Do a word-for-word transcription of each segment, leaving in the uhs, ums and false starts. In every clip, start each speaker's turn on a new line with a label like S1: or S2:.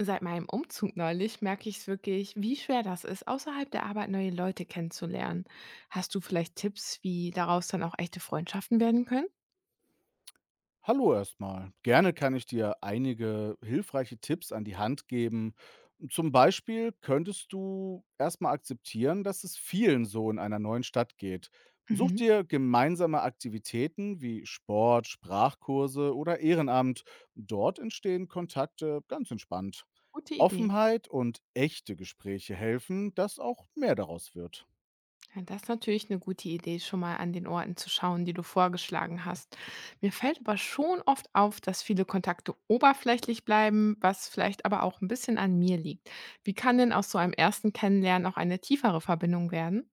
S1: Seit meinem Umzug neulich merke ich es wirklich, wie schwer das ist, außerhalb der Arbeit neue Leute kennenzulernen. Hast du vielleicht Tipps, wie daraus dann auch echte Freundschaften werden können?
S2: Hallo erstmal. Gerne kann ich dir einige hilfreiche Tipps an die Hand geben. Zum Beispiel könntest du erstmal akzeptieren, dass es vielen so in einer neuen Stadt geht. Such
S1: Mhm.
S2: dir gemeinsame Aktivitäten wie Sport, Sprachkurse oder Ehrenamt. Dort entstehen Kontakte ganz entspannt.
S1: Gute Idee.
S2: Offenheit und echte Gespräche helfen, dass auch mehr daraus wird.
S1: Ja, das ist natürlich eine gute Idee, schon mal an den Orten zu schauen, die du vorgeschlagen hast. Mir fällt aber schon oft auf, dass viele Kontakte oberflächlich bleiben, was vielleicht aber auch ein bisschen an mir liegt. Wie kann denn aus so einem ersten Kennenlernen auch eine tiefere Verbindung werden?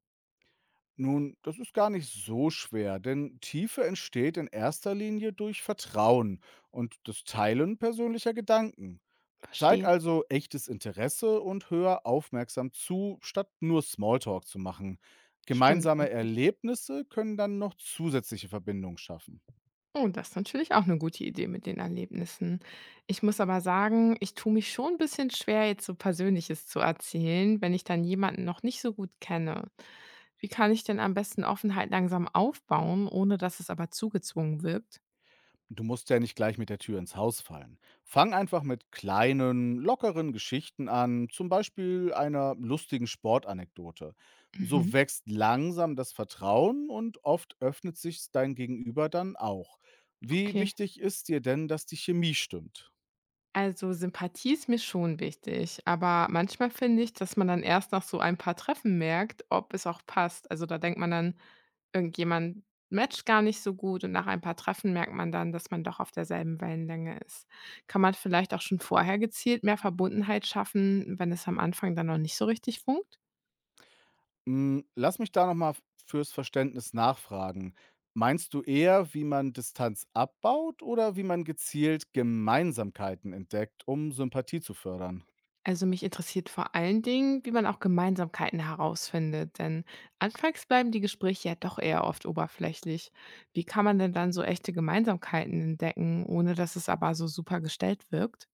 S2: Nun, das ist gar nicht so schwer, denn Tiefe entsteht in erster Linie durch Vertrauen und das Teilen persönlicher Gedanken. Zeig
S1: Verstehe.
S2: also echtes Interesse und hör aufmerksam zu, statt nur Smalltalk zu machen.
S1: Stimmt
S2: Gemeinsame
S1: eigentlich.
S2: Erlebnisse können dann noch zusätzliche Verbindungen schaffen.
S1: Oh, das ist natürlich auch eine gute Idee mit den Erlebnissen. Ich muss aber sagen, ich tue mich schon ein bisschen schwer, jetzt so Persönliches zu erzählen, wenn ich dann jemanden noch nicht so gut kenne. Wie kann ich denn am besten Offenheit langsam aufbauen, ohne dass es aber zugezwungen wirkt?
S2: Du musst ja nicht gleich mit der Tür ins Haus fallen. Fang einfach mit kleinen, lockeren Geschichten an, zum Beispiel einer lustigen Sportanekdote. So
S1: Mhm,
S2: wächst langsam das Vertrauen und oft öffnet sich dein Gegenüber dann auch. Wie
S1: okay.
S2: wichtig ist dir denn, dass die Chemie stimmt?
S1: Also Sympathie ist mir schon wichtig, aber manchmal finde ich, dass man dann erst nach so ein paar Treffen merkt, ob es auch passt. Also da denkt man dann, irgendjemand matcht gar nicht so gut und nach ein paar Treffen merkt man dann, dass man doch auf derselben Wellenlänge ist. Kann man vielleicht auch schon vorher gezielt mehr Verbundenheit schaffen, wenn es am Anfang dann noch nicht so richtig funkt?
S2: Hm, lass mich da nochmal fürs Verständnis nachfragen. Meinst du eher, wie man Distanz abbaut oder wie man gezielt Gemeinsamkeiten entdeckt, um Sympathie zu fördern?
S1: Also mich interessiert vor allen Dingen, wie man auch Gemeinsamkeiten herausfindet, denn anfangs bleiben die Gespräche ja doch eher oft oberflächlich. Wie kann man denn dann so echte Gemeinsamkeiten entdecken, ohne dass es aber so super gestellt wirkt?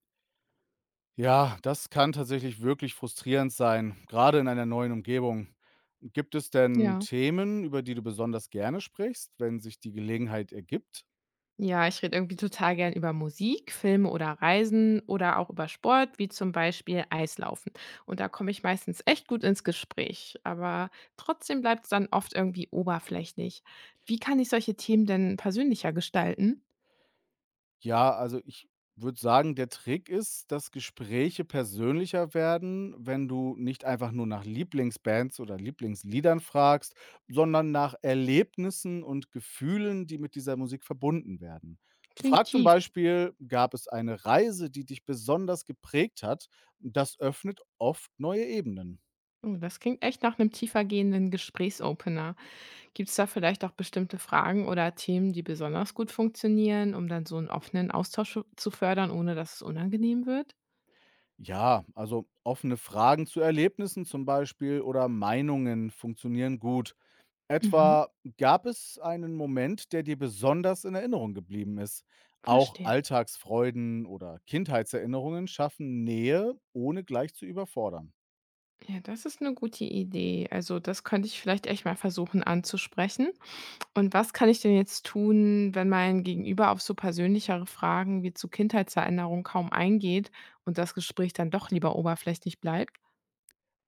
S2: Ja, das kann tatsächlich wirklich frustrierend sein, gerade in einer neuen Umgebung. Gibt es denn
S1: Ja.
S2: Themen, über die du besonders gerne sprichst, wenn sich die Gelegenheit ergibt?
S1: Ja, ich rede irgendwie total gern über Musik, Filme oder Reisen oder auch über Sport, wie zum Beispiel Eislaufen. Und da komme ich meistens echt gut ins Gespräch, aber trotzdem bleibt es dann oft irgendwie oberflächlich. Wie kann ich solche Themen denn persönlicher gestalten?
S2: Ja, also ich würde sagen, der Trick ist, dass Gespräche persönlicher werden, wenn du nicht einfach nur nach Lieblingsbands oder Lieblingsliedern fragst, sondern nach Erlebnissen und Gefühlen, die mit dieser Musik verbunden werden.
S1: Klingt
S2: Frag zum
S1: tief.
S2: Beispiel: Gab es eine Reise, die dich besonders geprägt hat? Das öffnet oft neue Ebenen.
S1: Oh, das klingt echt nach einem tiefergehenden Gesprächsopener. Gibt es da vielleicht auch bestimmte Fragen oder Themen, die besonders gut funktionieren, um dann so einen offenen Austausch zu zu fördern, ohne dass es unangenehm wird?
S2: Ja, also offene Fragen zu Erlebnissen zum Beispiel oder Meinungen funktionieren gut.
S1: Mhm,
S2: Etwa: Gab es einen Moment, der dir besonders in Erinnerung geblieben ist? Auch
S1: verstehe.
S2: Alltagsfreuden oder Kindheitserinnerungen schaffen Nähe, ohne gleich zu überfordern.
S1: Ja, das ist eine gute Idee. Also, das könnte ich vielleicht echt mal versuchen anzusprechen. Und was kann ich denn jetzt tun, wenn mein Gegenüber auf so persönlichere Fragen wie zu Kindheitserinnerungen kaum eingeht und das Gespräch dann doch lieber oberflächlich bleibt?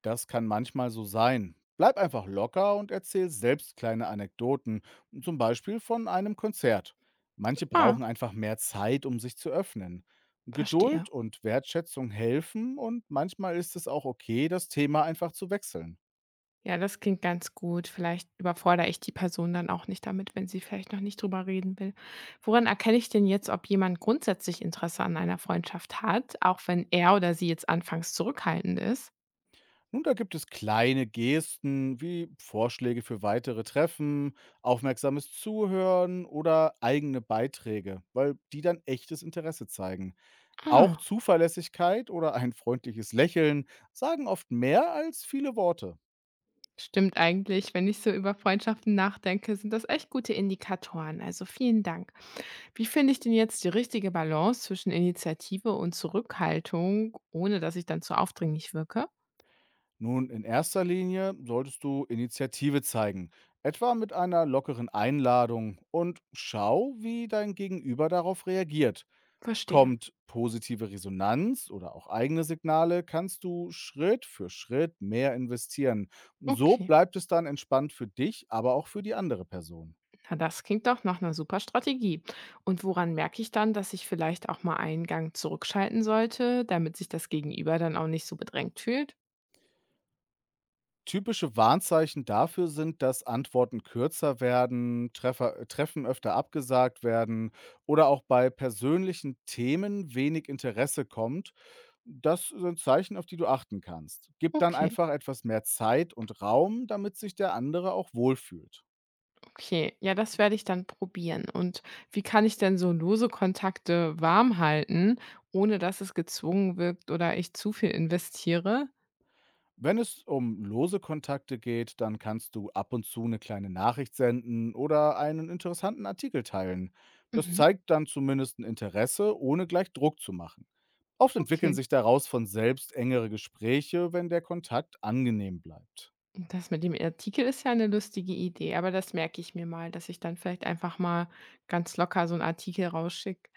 S2: Das kann manchmal so sein. Bleib einfach locker und erzähl selbst kleine Anekdoten, zum Beispiel von einem Konzert. Manche
S1: Ah,
S2: brauchen einfach mehr Zeit, um sich zu öffnen.
S1: verstehe.
S2: Geduld und Wertschätzung helfen, und manchmal ist es auch okay, das Thema einfach zu wechseln.
S1: Ja, das klingt ganz gut. Vielleicht überfordere ich die Person dann auch nicht damit, wenn sie vielleicht noch nicht drüber reden will. Woran erkenne ich denn jetzt, ob jemand grundsätzlich Interesse an einer Freundschaft hat, auch wenn er oder sie jetzt anfangs zurückhaltend ist?
S2: Nun, da gibt es kleine Gesten wie Vorschläge für weitere Treffen, aufmerksames Zuhören oder eigene Beiträge, weil die dann echtes Interesse zeigen. Auch
S1: Ah,
S2: Zuverlässigkeit oder ein freundliches Lächeln sagen oft mehr als viele Worte.
S1: stimmt eigentlich. Wenn ich so über Freundschaften nachdenke, sind das echt gute Indikatoren. Also vielen Dank. Wie finde ich denn jetzt die richtige Balance zwischen Initiative und Zurückhaltung, ohne dass ich dann zu aufdringlich wirke?
S2: Nun, in erster Linie solltest du Initiative zeigen, etwa mit einer lockeren Einladung, und schau, wie dein Gegenüber darauf reagiert.
S1: Verstehe.
S2: Kommt positive Resonanz oder auch eigene Signale, kannst du Schritt für Schritt mehr investieren. So
S1: Okay.
S2: bleibt es dann entspannt für dich, aber auch für die andere Person.
S1: Na, das klingt doch nach einer super Strategie. Und woran merke ich dann, dass ich vielleicht auch mal einen Gang zurückschalten sollte, damit sich das Gegenüber dann auch nicht so bedrängt fühlt?
S2: Typische Warnzeichen dafür sind, dass Antworten kürzer werden, Treffer, äh, Treffen öfter abgesagt werden oder auch bei persönlichen Themen wenig Interesse kommt. Das sind Zeichen, auf die du achten kannst. Gib dann
S1: Okay,
S2: einfach etwas mehr Zeit und Raum, damit sich der andere auch wohlfühlt.
S1: okay. Ja, das werde ich dann probieren. Und wie kann ich denn so lose Kontakte warm halten, ohne dass es gezwungen wirkt oder ich zu viel investiere?
S2: Wenn es um lose Kontakte geht, dann kannst du ab und zu eine kleine Nachricht senden oder einen interessanten Artikel teilen. Das
S1: Mhm,
S2: zeigt dann zumindest ein Interesse, ohne gleich Druck zu machen. Oft entwickeln
S1: okay.
S2: sich daraus von selbst engere Gespräche, wenn der Kontakt angenehm bleibt.
S1: Das mit dem Artikel ist ja eine lustige Idee, aber das merke ich mir mal, dass ich dann vielleicht einfach mal ganz locker so einen Artikel rausschicke.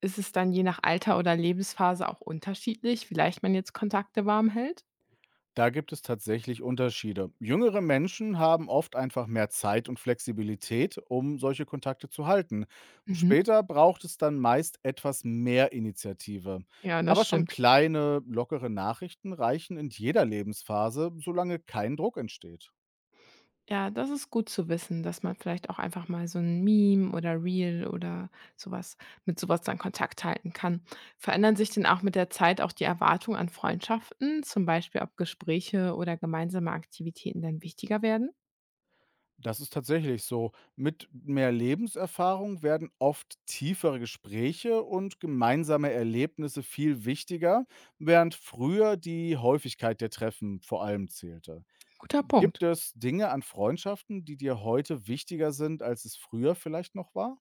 S1: Ist es dann je nach Alter oder Lebensphase auch unterschiedlich, wie leicht man jetzt Kontakte warm hält?
S2: Da gibt es tatsächlich Unterschiede. Jüngere Menschen haben oft einfach mehr Zeit und Flexibilität, um solche Kontakte zu halten.
S1: Mhm.
S2: Später braucht es dann meist etwas mehr Initiative.
S1: Ja, das
S2: Aber schon
S1: stimmt.
S2: kleine, lockere Nachrichten reichen in jeder Lebensphase, solange kein Druck entsteht.
S1: Ja, das ist gut zu wissen, dass man vielleicht auch einfach mal so ein Meme oder Reel oder sowas mit sowas dann Kontakt halten kann. Verändern sich denn auch mit der Zeit auch die Erwartungen an Freundschaften, zum Beispiel ob Gespräche oder gemeinsame Aktivitäten dann wichtiger werden?
S2: Das ist tatsächlich so. Mit mehr Lebenserfahrung werden oft tiefere Gespräche und gemeinsame Erlebnisse viel wichtiger, während früher die Häufigkeit der Treffen vor allem zählte.
S1: Guter
S2: Gibt
S1: Punkt.
S2: es Dinge an Freundschaften, die dir heute wichtiger sind, als es früher vielleicht noch war?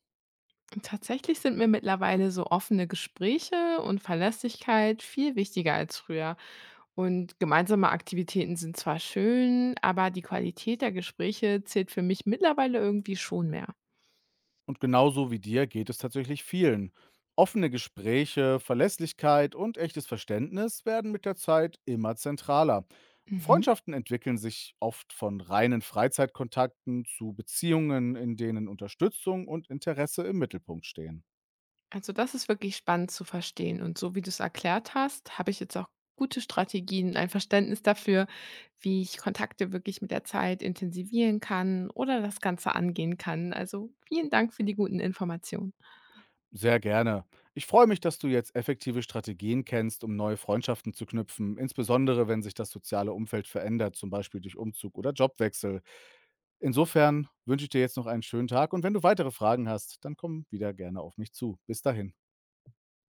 S1: Tatsächlich sind mir mittlerweile so offene Gespräche und Verlässlichkeit viel wichtiger als früher. Und gemeinsame Aktivitäten sind zwar schön, aber die Qualität der Gespräche zählt für mich mittlerweile irgendwie schon mehr.
S2: Und genauso wie dir geht es tatsächlich vielen. Offene Gespräche, Verlässlichkeit und echtes Verständnis werden mit der Zeit immer zentraler.
S1: Mhm.
S2: Freundschaften entwickeln sich oft von reinen Freizeitkontakten zu Beziehungen, in denen Unterstützung und Interesse im Mittelpunkt stehen.
S1: Also das ist wirklich spannend zu verstehen. Und so wie du es erklärt hast, habe ich jetzt auch gute Strategien, ein Verständnis dafür, wie ich Kontakte wirklich mit der Zeit intensivieren kann oder das Ganze angehen kann. Also vielen Dank für die guten Informationen.
S2: Sehr gerne. Ich freue mich, dass du jetzt effektive Strategien kennst, um neue Freundschaften zu knüpfen, insbesondere wenn sich das soziale Umfeld verändert, zum Beispiel durch Umzug oder Jobwechsel. Insofern wünsche ich dir jetzt noch einen schönen Tag, und wenn du weitere Fragen hast, dann komm wieder gerne auf mich zu. Bis dahin.